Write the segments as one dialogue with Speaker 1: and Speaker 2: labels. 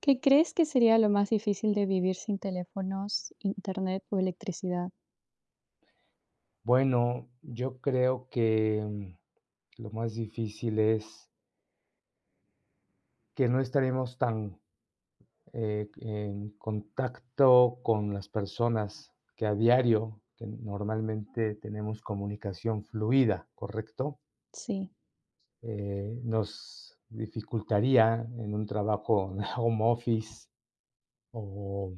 Speaker 1: ¿Qué crees que sería lo más difícil de vivir sin teléfonos, internet o electricidad?
Speaker 2: Bueno, yo creo que, lo más difícil es que no estaremos tan, en contacto con las personas que a diario, que normalmente tenemos comunicación fluida, ¿correcto?
Speaker 1: Sí,
Speaker 2: Nos dificultaría en un trabajo de home office o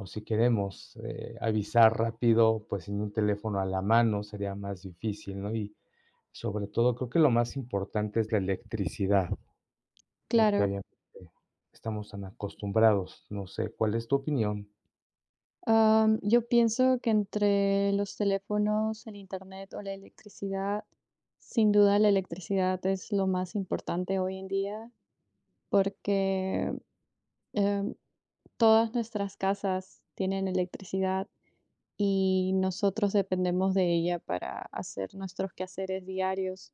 Speaker 2: o si queremos, avisar rápido, pues, sin un teléfono a la mano sería más difícil, ¿no? Y sobre todo, creo que lo más importante es la electricidad, porque
Speaker 1: claro.
Speaker 2: obviamente estamos tan acostumbrados, no sé, ¿cuál es tu opinión?
Speaker 1: Yo pienso que entre los teléfonos, el internet o la electricidad, sin duda la electricidad es lo más importante hoy en día porque em, todas nuestras casas tienen electricidad y nosotros dependemos de ella para hacer nuestros quehaceres diarios.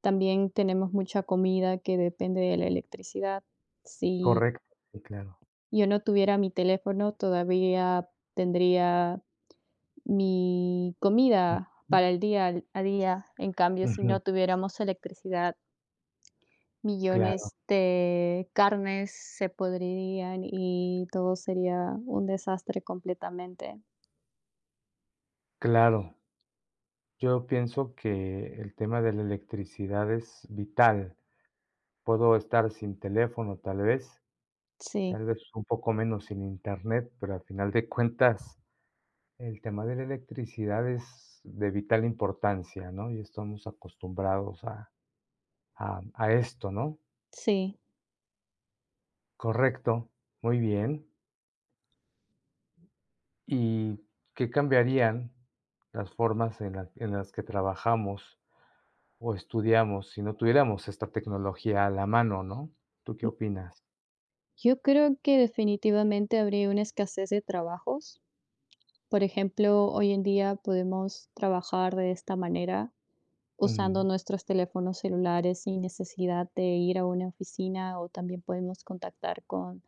Speaker 1: También tenemos mucha comida que depende de la electricidad. Si
Speaker 2: Correcto, sí, claro.
Speaker 1: yo no tuviera mi teléfono, todavía tendría mi comida
Speaker 2: Ujú,
Speaker 1: para el día a día. En cambio, si
Speaker 2: ujú,
Speaker 1: no tuviéramos electricidad,
Speaker 2: claro,
Speaker 1: millones de carnes se podrían y todo sería un desastre completamente.
Speaker 2: claro. Yo pienso que el tema de la electricidad es vital. Puedo estar sin teléfono,
Speaker 1: Sí,
Speaker 2: tal vez un poco menos sin internet, pero al final de cuentas, el tema de la electricidad es de vital importancia, ¿no? Y estamos acostumbrados a esto, ¿no?
Speaker 1: sí.
Speaker 2: Correcto, muy bien. ¿Y qué cambiarían las formas en las que trabajamos o estudiamos si no tuviéramos esta tecnología a la mano, no? ¿Tú qué opinas?
Speaker 1: Yo creo que definitivamente habría una escasez de trabajos. Por ejemplo, hoy en día podemos trabajar de esta manera usando
Speaker 2: Mm,
Speaker 1: nuestros teléfonos celulares sin necesidad de ir a una oficina, o también podemos contactar con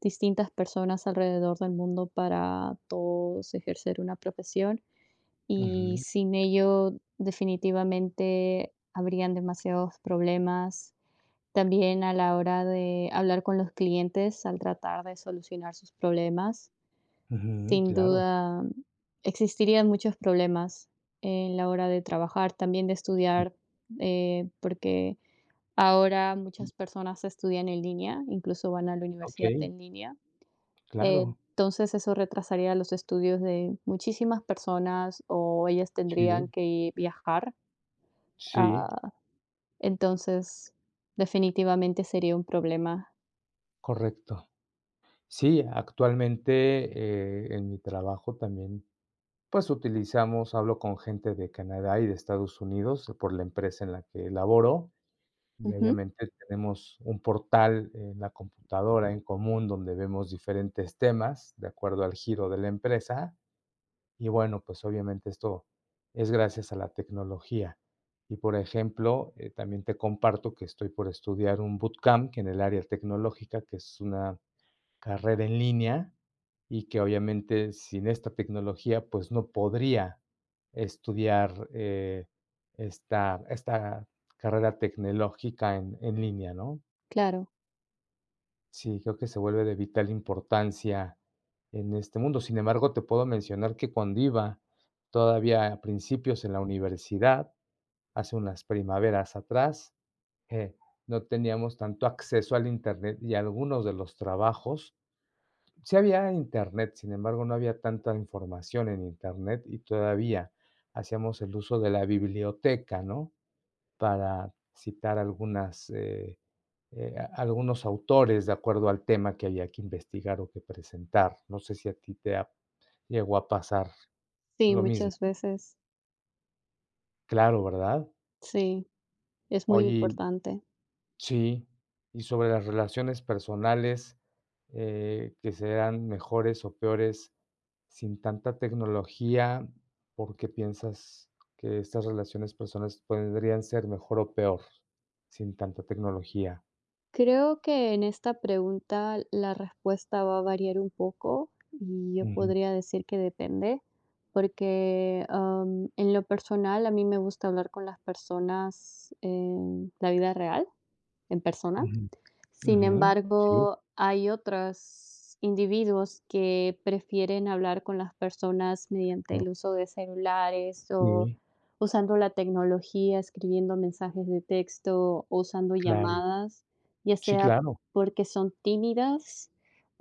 Speaker 1: distintas personas alrededor del mundo para todos ejercer una profesión, y
Speaker 2: ujú,
Speaker 1: sin ello definitivamente habrían demasiados problemas. También a la hora de hablar con los clientes al tratar de solucionar sus problemas.
Speaker 2: ujú,
Speaker 1: Sin
Speaker 2: claro,
Speaker 1: duda, existirían muchos problemas en la hora de trabajar, también de
Speaker 2: sí,
Speaker 1: estudiar, porque ahora muchas personas estudian en línea, incluso van a la universidad
Speaker 2: okey,
Speaker 1: en línea.
Speaker 2: claro,
Speaker 1: Entonces eso retrasaría los estudios de muchísimas personas o ellas tendrían
Speaker 2: sí,
Speaker 1: que viajar.
Speaker 2: sí,
Speaker 1: ah, entonces, definitivamente sería un problema.
Speaker 2: correcto. Sí, actualmente, en mi trabajo también, pues, utilizamos hablo con gente de Canadá y de Estados Unidos por la empresa en la que laboro. Y
Speaker 1: Ujú,
Speaker 2: obviamente tenemos un portal en la computadora en común donde vemos diferentes temas de acuerdo al giro de la empresa y bueno, pues obviamente esto es gracias a la tecnología. Y por ejemplo, también te comparto que estoy por estudiar un bootcamp que en el área tecnológica, que es una carrera en línea y que obviamente sin esta tecnología, pues no podría estudiar, esta carrera tecnológica en línea, ¿no?
Speaker 1: claro,
Speaker 2: Sí, creo que se vuelve de vital importancia en este mundo. Sin embargo, te puedo mencionar que con DIVA, todavía a principios en la universidad, hace unas primaveras atrás, eh, no teníamos tanto acceso al Internet y algunos de los trabajos. Sí había internet, sin embargo, no había tanta información en internet y todavía hacíamos el uso de la biblioteca, ¿no? Para citar algunas, algunos autores de acuerdo al tema que había que investigar o que presentar. No sé si a ti llegó a pasar
Speaker 1: sí,
Speaker 2: lo mismo.
Speaker 1: muchas veces,
Speaker 2: Claro, ¿verdad?
Speaker 1: sí, es muy
Speaker 2: Oye,
Speaker 1: importante.
Speaker 2: sí, y sobre las relaciones personales, que serán mejores o peores sin tanta tecnología, ¿por qué piensas que estas relaciones personales podrían ser mejor o peor sin tanta tecnología?
Speaker 1: Creo que en esta pregunta la respuesta va a variar un poco y yo
Speaker 2: Ujú,
Speaker 1: podría decir que depende, porque en lo personal a mí me gusta hablar con las personas en la vida real, en persona.
Speaker 2: ujú,
Speaker 1: Sin
Speaker 2: ujú. Sí,
Speaker 1: embargo, hay otros individuos que prefieren hablar con las personas mediante
Speaker 2: claro.
Speaker 1: el uso de celulares o
Speaker 2: Sí,
Speaker 1: usando la tecnología, escribiendo mensajes de texto o usando
Speaker 2: claro.
Speaker 1: llamadas, ya
Speaker 2: Sí,
Speaker 1: sea
Speaker 2: claro.
Speaker 1: porque son tímidas,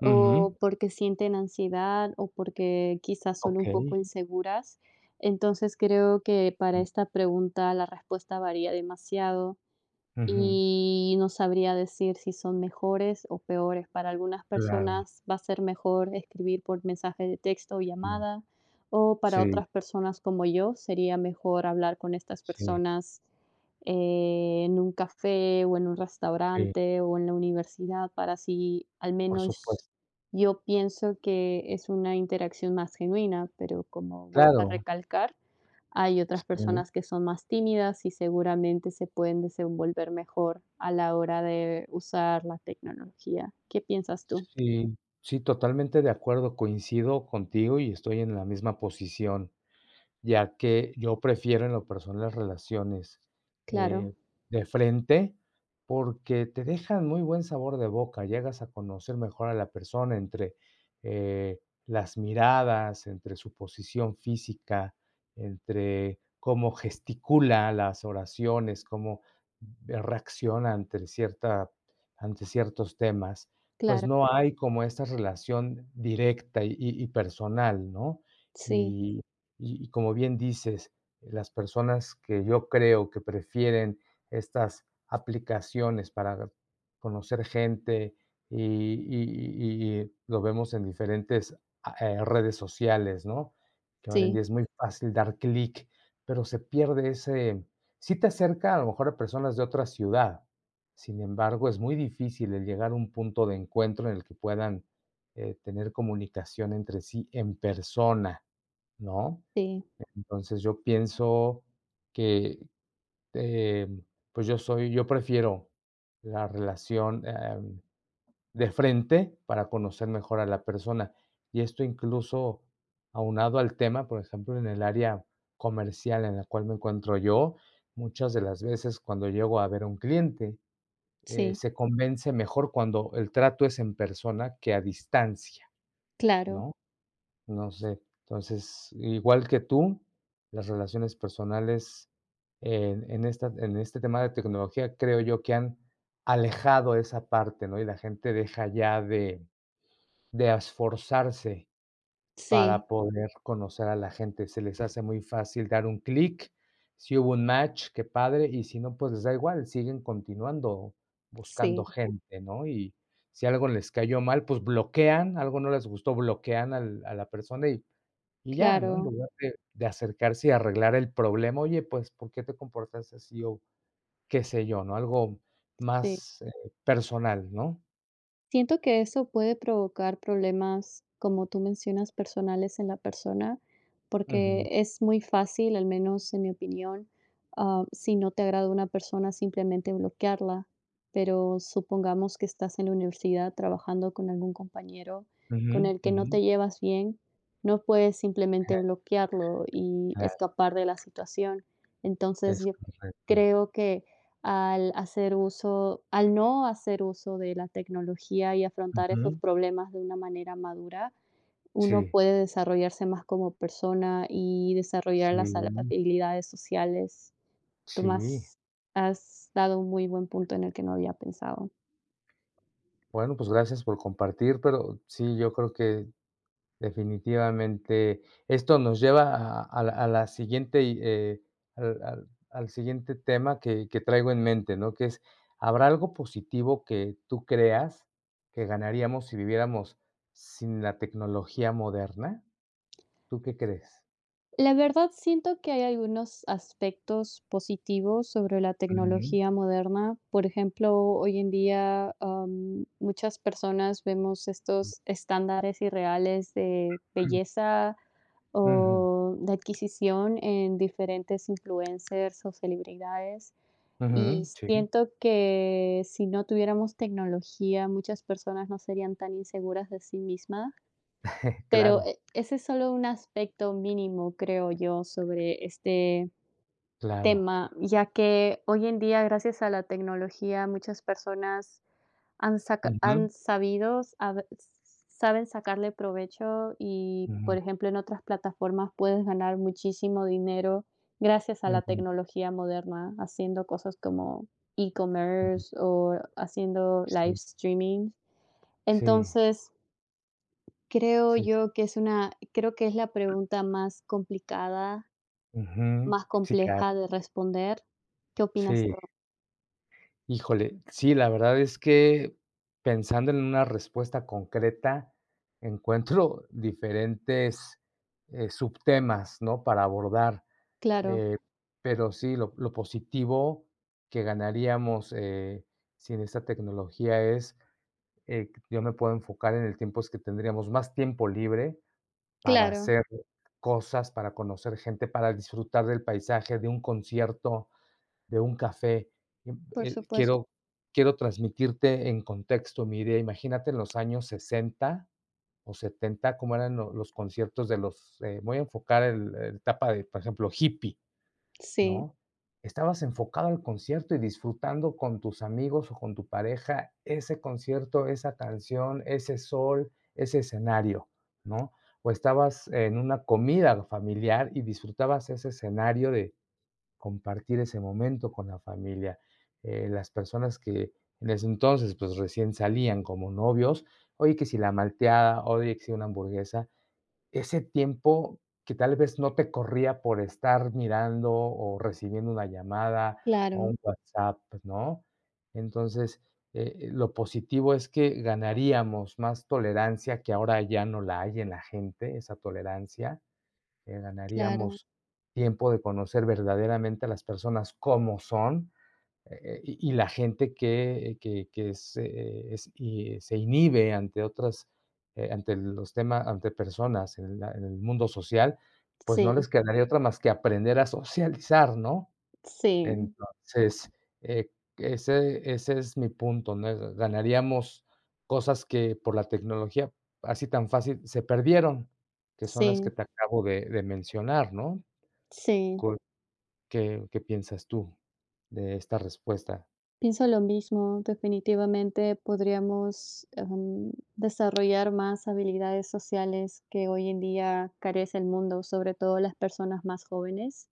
Speaker 2: Ujú.
Speaker 1: o porque sienten ansiedad, o porque quizás son un
Speaker 2: Okey.
Speaker 1: poco inseguras. Entonces creo que para esta pregunta la respuesta varía demasiado
Speaker 2: Ujú.
Speaker 1: y no sabría decir si son mejores o peores. Para algunas
Speaker 2: Claro.
Speaker 1: personas va a ser mejor escribir por mensaje de texto o
Speaker 2: Sí,
Speaker 1: llamada, o para
Speaker 2: sí,
Speaker 1: otras personas como yo sería mejor hablar con estas
Speaker 2: sí,
Speaker 1: personas en un café o en un
Speaker 2: sí,
Speaker 1: restaurante o en la universidad, para así, al
Speaker 2: por supuesto.
Speaker 1: menos yo pienso que es una interacción más genuina, pero como vuelvo a
Speaker 2: Claro.
Speaker 1: recalcar, hay otras
Speaker 2: Sí.
Speaker 1: personas que son más tímidas y seguramente se pueden desenvolver mejor a la hora de usar la tecnología. ¿Qué piensas tú?
Speaker 2: Sí, sí, totalmente de acuerdo, coincido contigo y estoy en la misma posición ya que yo prefiero en lo personal las relaciones,
Speaker 1: Claro,
Speaker 2: eh, de frente, porque te dejan muy buen sabor de boca, llegas a conocer mejor a la persona entre, eh, las miradas, entre su posición física, entre cómo gesticula, las oraciones, cómo reacciona ante ciertos temas, pues
Speaker 1: claro.
Speaker 2: no hay como esta relación directa y personal, ¿no?
Speaker 1: Sí,
Speaker 2: Y y como bien dices, las personas que yo creo que prefieren estas aplicaciones para conocer gente y lo vemos en diferentes a redes sociales, ¿no? Que ahora en día
Speaker 1: sí,
Speaker 2: es muy fácil dar clic, pero se pierde ese, sí te acerca a lo mejor a personas de otra ciudad, sin embargo, es muy difícil el llegar a un punto de encuentro en el que puedan, tener comunicación entre sí en persona, ¿no?
Speaker 1: sí,
Speaker 2: Entonces, yo pienso que, em, pues, yo prefiero la relación, de frente para conocer mejor a la persona. Y esto incluso aunado al tema, por ejemplo, en el área comercial en la cual me encuentro yo, muchas de las veces cuando llego a ver a un cliente,
Speaker 1: sí.
Speaker 2: se convence mejor cuando el trato es en persona que a distancia,
Speaker 1: Claro.
Speaker 2: ¿no? No sé. Entonces, igual que tú, las relaciones personales en este tema de tecnología, creo yo que han alejado esa parte, ¿no? Y la gente deja ya de esforzarse
Speaker 1: Sí,
Speaker 2: para poder conocer a la gente. Se les hace muy fácil dar un clic, si hubo un match, qué padre, y si no, pues les da igual, siguen continuando buscando
Speaker 1: sí.
Speaker 2: gente, ¿no? Y si algo les cayó mal, pues bloquean, algo no les gustó, bloquean al a la persona y ya, ¿no? En
Speaker 1: Claro.
Speaker 2: lugar de acercarse y arreglar el problema, oye, pues, ¿por qué te comportas así? O qué sé yo, ¿no? Algo
Speaker 1: Sí.
Speaker 2: más, personal, ¿no?
Speaker 1: Siento que eso puede provocar problemas, como tú mencionas, personales en la persona, porque
Speaker 2: Ujú,
Speaker 1: es muy fácil, al menos en mi opinión, si no te agrada una persona, simplemente bloquearla. Pero supongamos que estás en la universidad trabajando con algún compañero
Speaker 2: ujú,
Speaker 1: con el que
Speaker 2: ujú.
Speaker 1: no te llevas bien, no puedes simplemente
Speaker 2: Ajá,
Speaker 1: bloquearlo y
Speaker 2: claro,
Speaker 1: escapar de la situación. Entonces,
Speaker 2: es
Speaker 1: yo
Speaker 2: correcto.
Speaker 1: creo que al no hacer uso de la tecnología y afrontar esos
Speaker 2: Ujú.
Speaker 1: problemas de una manera madura, uno
Speaker 2: Sí,
Speaker 1: puede desarrollarse más como persona y desarrollar las
Speaker 2: sí,
Speaker 1: habilidades sociales. Tú
Speaker 2: sí.
Speaker 1: más has dado un muy buen punto en el que no había pensado.
Speaker 2: Bueno, pues, gracias por compartir, pero sí, yo creo que. Definitivamente. Esto nos lleva a la siguiente y, al siguiente tema que traigo en mente, ¿no? Que es, ¿habrá algo positivo que tú creas que ganaríamos si viviéramos sin la tecnología moderna? ¿Tú qué crees?
Speaker 1: La verdad, siento que hay algunos aspectos positivos sobre la
Speaker 2: Ujú,
Speaker 1: tecnología moderna. Por ejemplo, hoy en día, muchas personas vemos estos estándares irreales de
Speaker 2: ujú.
Speaker 1: belleza
Speaker 2: Ujú,
Speaker 1: o de adquisición en diferentes influencers o celebridades. Y
Speaker 2: sí.
Speaker 1: siento que si no tuviéramos tecnología, muchas personas no serían tan inseguras de sí mismas, pero
Speaker 2: Claro,
Speaker 1: ese es solo un aspecto mínimo, creo yo, sobre este
Speaker 2: claro.
Speaker 1: tema, ya que hoy en día, gracias a la tecnología, muchas personas han saca
Speaker 2: Ujú,
Speaker 1: han sabido sabe saben sacarle provecho y, por
Speaker 2: ujú,
Speaker 1: ejemplo, en otras plataformas puedes ganar muchísimo dinero gracias a la
Speaker 2: ujú,
Speaker 1: tecnología moderna, haciendo cosas como
Speaker 2: ujú.
Speaker 1: e-commerce o haciendo live
Speaker 2: Sí,
Speaker 1: streaming.
Speaker 2: sí,
Speaker 1: Entonces,
Speaker 2: sí,
Speaker 1: creo que es la pregunta más complicada,
Speaker 2: ujú.
Speaker 1: más
Speaker 2: Sí, claro,
Speaker 1: compleja de responder. ¿Qué opinas
Speaker 2: sí.
Speaker 1: tú?
Speaker 2: Híjole, sí, la verdad es que pensando en una respuesta concreta, encuentro diferentes, subtemas, ¿no?, para abordar,
Speaker 1: Claro,
Speaker 2: eh, pero sí, lo positivo que ganaríamos, sin esta tecnología es, que yo me puedo enfocar en el tiempo, es que tendríamos más tiempo libre para
Speaker 1: claro,
Speaker 2: hacer cosas, para conocer gente, para disfrutar del paisaje, de un concierto, de un café,
Speaker 1: por
Speaker 2: eh,
Speaker 1: supuesto.
Speaker 2: quiero quiero transmitirte en contexto mi idea. Imagínate en los años 60 o 70 cómo eran lo los conciertos de los, voy a enfocar el etapa de, por ejemplo, hippie,
Speaker 1: Sí,
Speaker 2: ¿no? Estabas enfocado al concierto y disfrutando con tus amigos o con tu pareja ese concierto, esa canción, ese sol, ese escenario, ¿no? O estabas en una comida familiar y disfrutabas ese escenario de compartir ese momento con la familia. Las personas que en ese entonces, pues recién salían como novios, oye, que si la malteada, oye, que si una hamburguesa, ese tiempo que tal vez no te corría por estar mirando o recibiendo una llamada o
Speaker 1: claro,
Speaker 2: un WhatsApp, ¿no? Entonces, lo positivo es que ganaríamos más tolerancia que ahora ya no la hay en la gente, esa tolerancia,
Speaker 1: claro.
Speaker 2: ganaríamos tiempo de conocer verdaderamente a las personas como son, y, la gente que es, y se inhibe ante otras, ante los temas, ante personas en, en el mundo social, pues
Speaker 1: Sí,
Speaker 2: no les quedaría otra más que aprender a socializar, ¿no?
Speaker 1: sí,
Speaker 2: Entonces, eh, ese es mi punto, ¿no? Ganaríamos cosas que por la tecnología, así tan fácil, se perdieron, que son las que
Speaker 1: sí,
Speaker 2: te acabo de mencionar, ¿no?
Speaker 1: sí.
Speaker 2: Co ¿qué qué piensas tú de esta respuesta?
Speaker 1: Pienso lo mismo. Definitivamente podríamos, desarrollar más habilidades sociales que hoy en día carece el mundo, sobre todo las personas más jóvenes.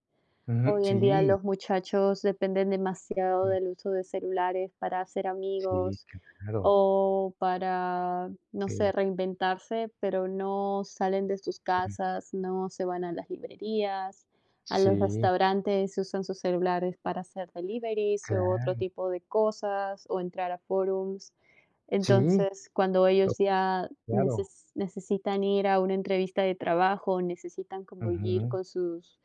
Speaker 2: Ujú,
Speaker 1: Hoy en día
Speaker 2: sí,
Speaker 1: los muchachos dependen demasiado
Speaker 2: sí,
Speaker 1: del uso de celulares para hacer
Speaker 2: sí,
Speaker 1: amigos
Speaker 2: claro,
Speaker 1: o para, no sé,
Speaker 2: sí,
Speaker 1: reinventarse, pero no salen de sus
Speaker 2: sí,
Speaker 1: casas, no se van a las librerías, a los
Speaker 2: sí,
Speaker 1: restaurantes, y usan sus celulares para hacer deliveries o otro
Speaker 2: claro,
Speaker 1: tipo de cosas o entrar a forums.
Speaker 2: sí,
Speaker 1: Entonces, cuando
Speaker 2: to
Speaker 1: ellos ya
Speaker 2: claro,
Speaker 1: necesitan ir a una entrevista de trabajo, necesitan convivir
Speaker 2: ujú,
Speaker 1: con sus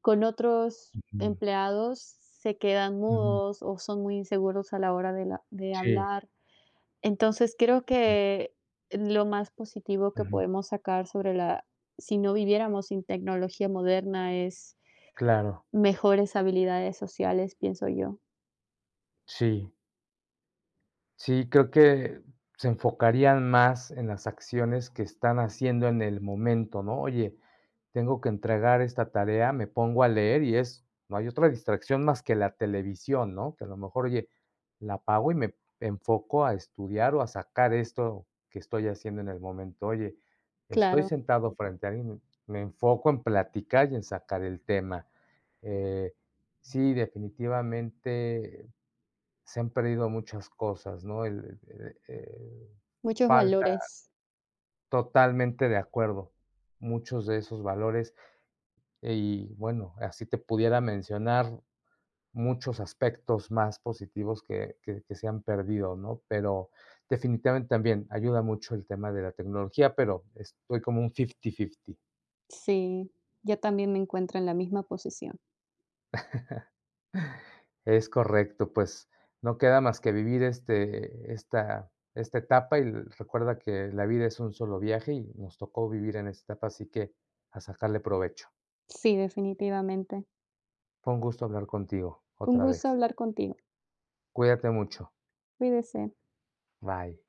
Speaker 1: con otros
Speaker 2: ujú,
Speaker 1: empleados, se quedan
Speaker 2: ujú,
Speaker 1: mudos o son muy inseguros a la hora de la de
Speaker 2: sí,
Speaker 1: hablar. Entonces, creo
Speaker 2: ujú,
Speaker 1: que lo más positivo que podemos sacar sobre la si no viviéramos sin tecnología moderna es
Speaker 2: claro,
Speaker 1: mejores habilidades sociales, pienso yo.
Speaker 2: sí. Sí, creo que se enfocarían más en las acciones que están haciendo en el momento, ¿no? Oye, tengo que entregar esta tarea, me pongo a leer y es, no hay otra distracción más que la televisión, ¿no? Que a lo mejor, oye, la apago y me enfoco a estudiar o a sacar esto que estoy haciendo en el momento. Oye, estoy
Speaker 1: Claro,
Speaker 2: sentado frente a alguien, me enfoco en platicar y en sacar el tema. Eh, sí, definitivamente se han perdido muchas cosas, ¿no?
Speaker 1: muchos
Speaker 2: Falta,
Speaker 1: valores.
Speaker 2: totalmente de acuerdo, muchos de esos valores y bueno, así te pudiera mencionar muchos aspectos más positivos que se han perdido, ¿no? Pero definitivamente también ayuda mucho el tema de la tecnología, pero estoy como un 50-50.
Speaker 1: Sí, yo también me encuentro en la misma posición.
Speaker 2: Es correcto, pues, no queda más que vivir, este, esta etapa y recuerda que la vida es un solo viaje y nos tocó vivir en esta etapa, así que a sacarle provecho.
Speaker 1: Sí, definitivamente.
Speaker 2: Fue un gusto hablar contigo
Speaker 1: Un
Speaker 2: otra vez.
Speaker 1: gusto hablar contigo.
Speaker 2: Cuídate mucho.
Speaker 1: Cuídese.
Speaker 2: Bye.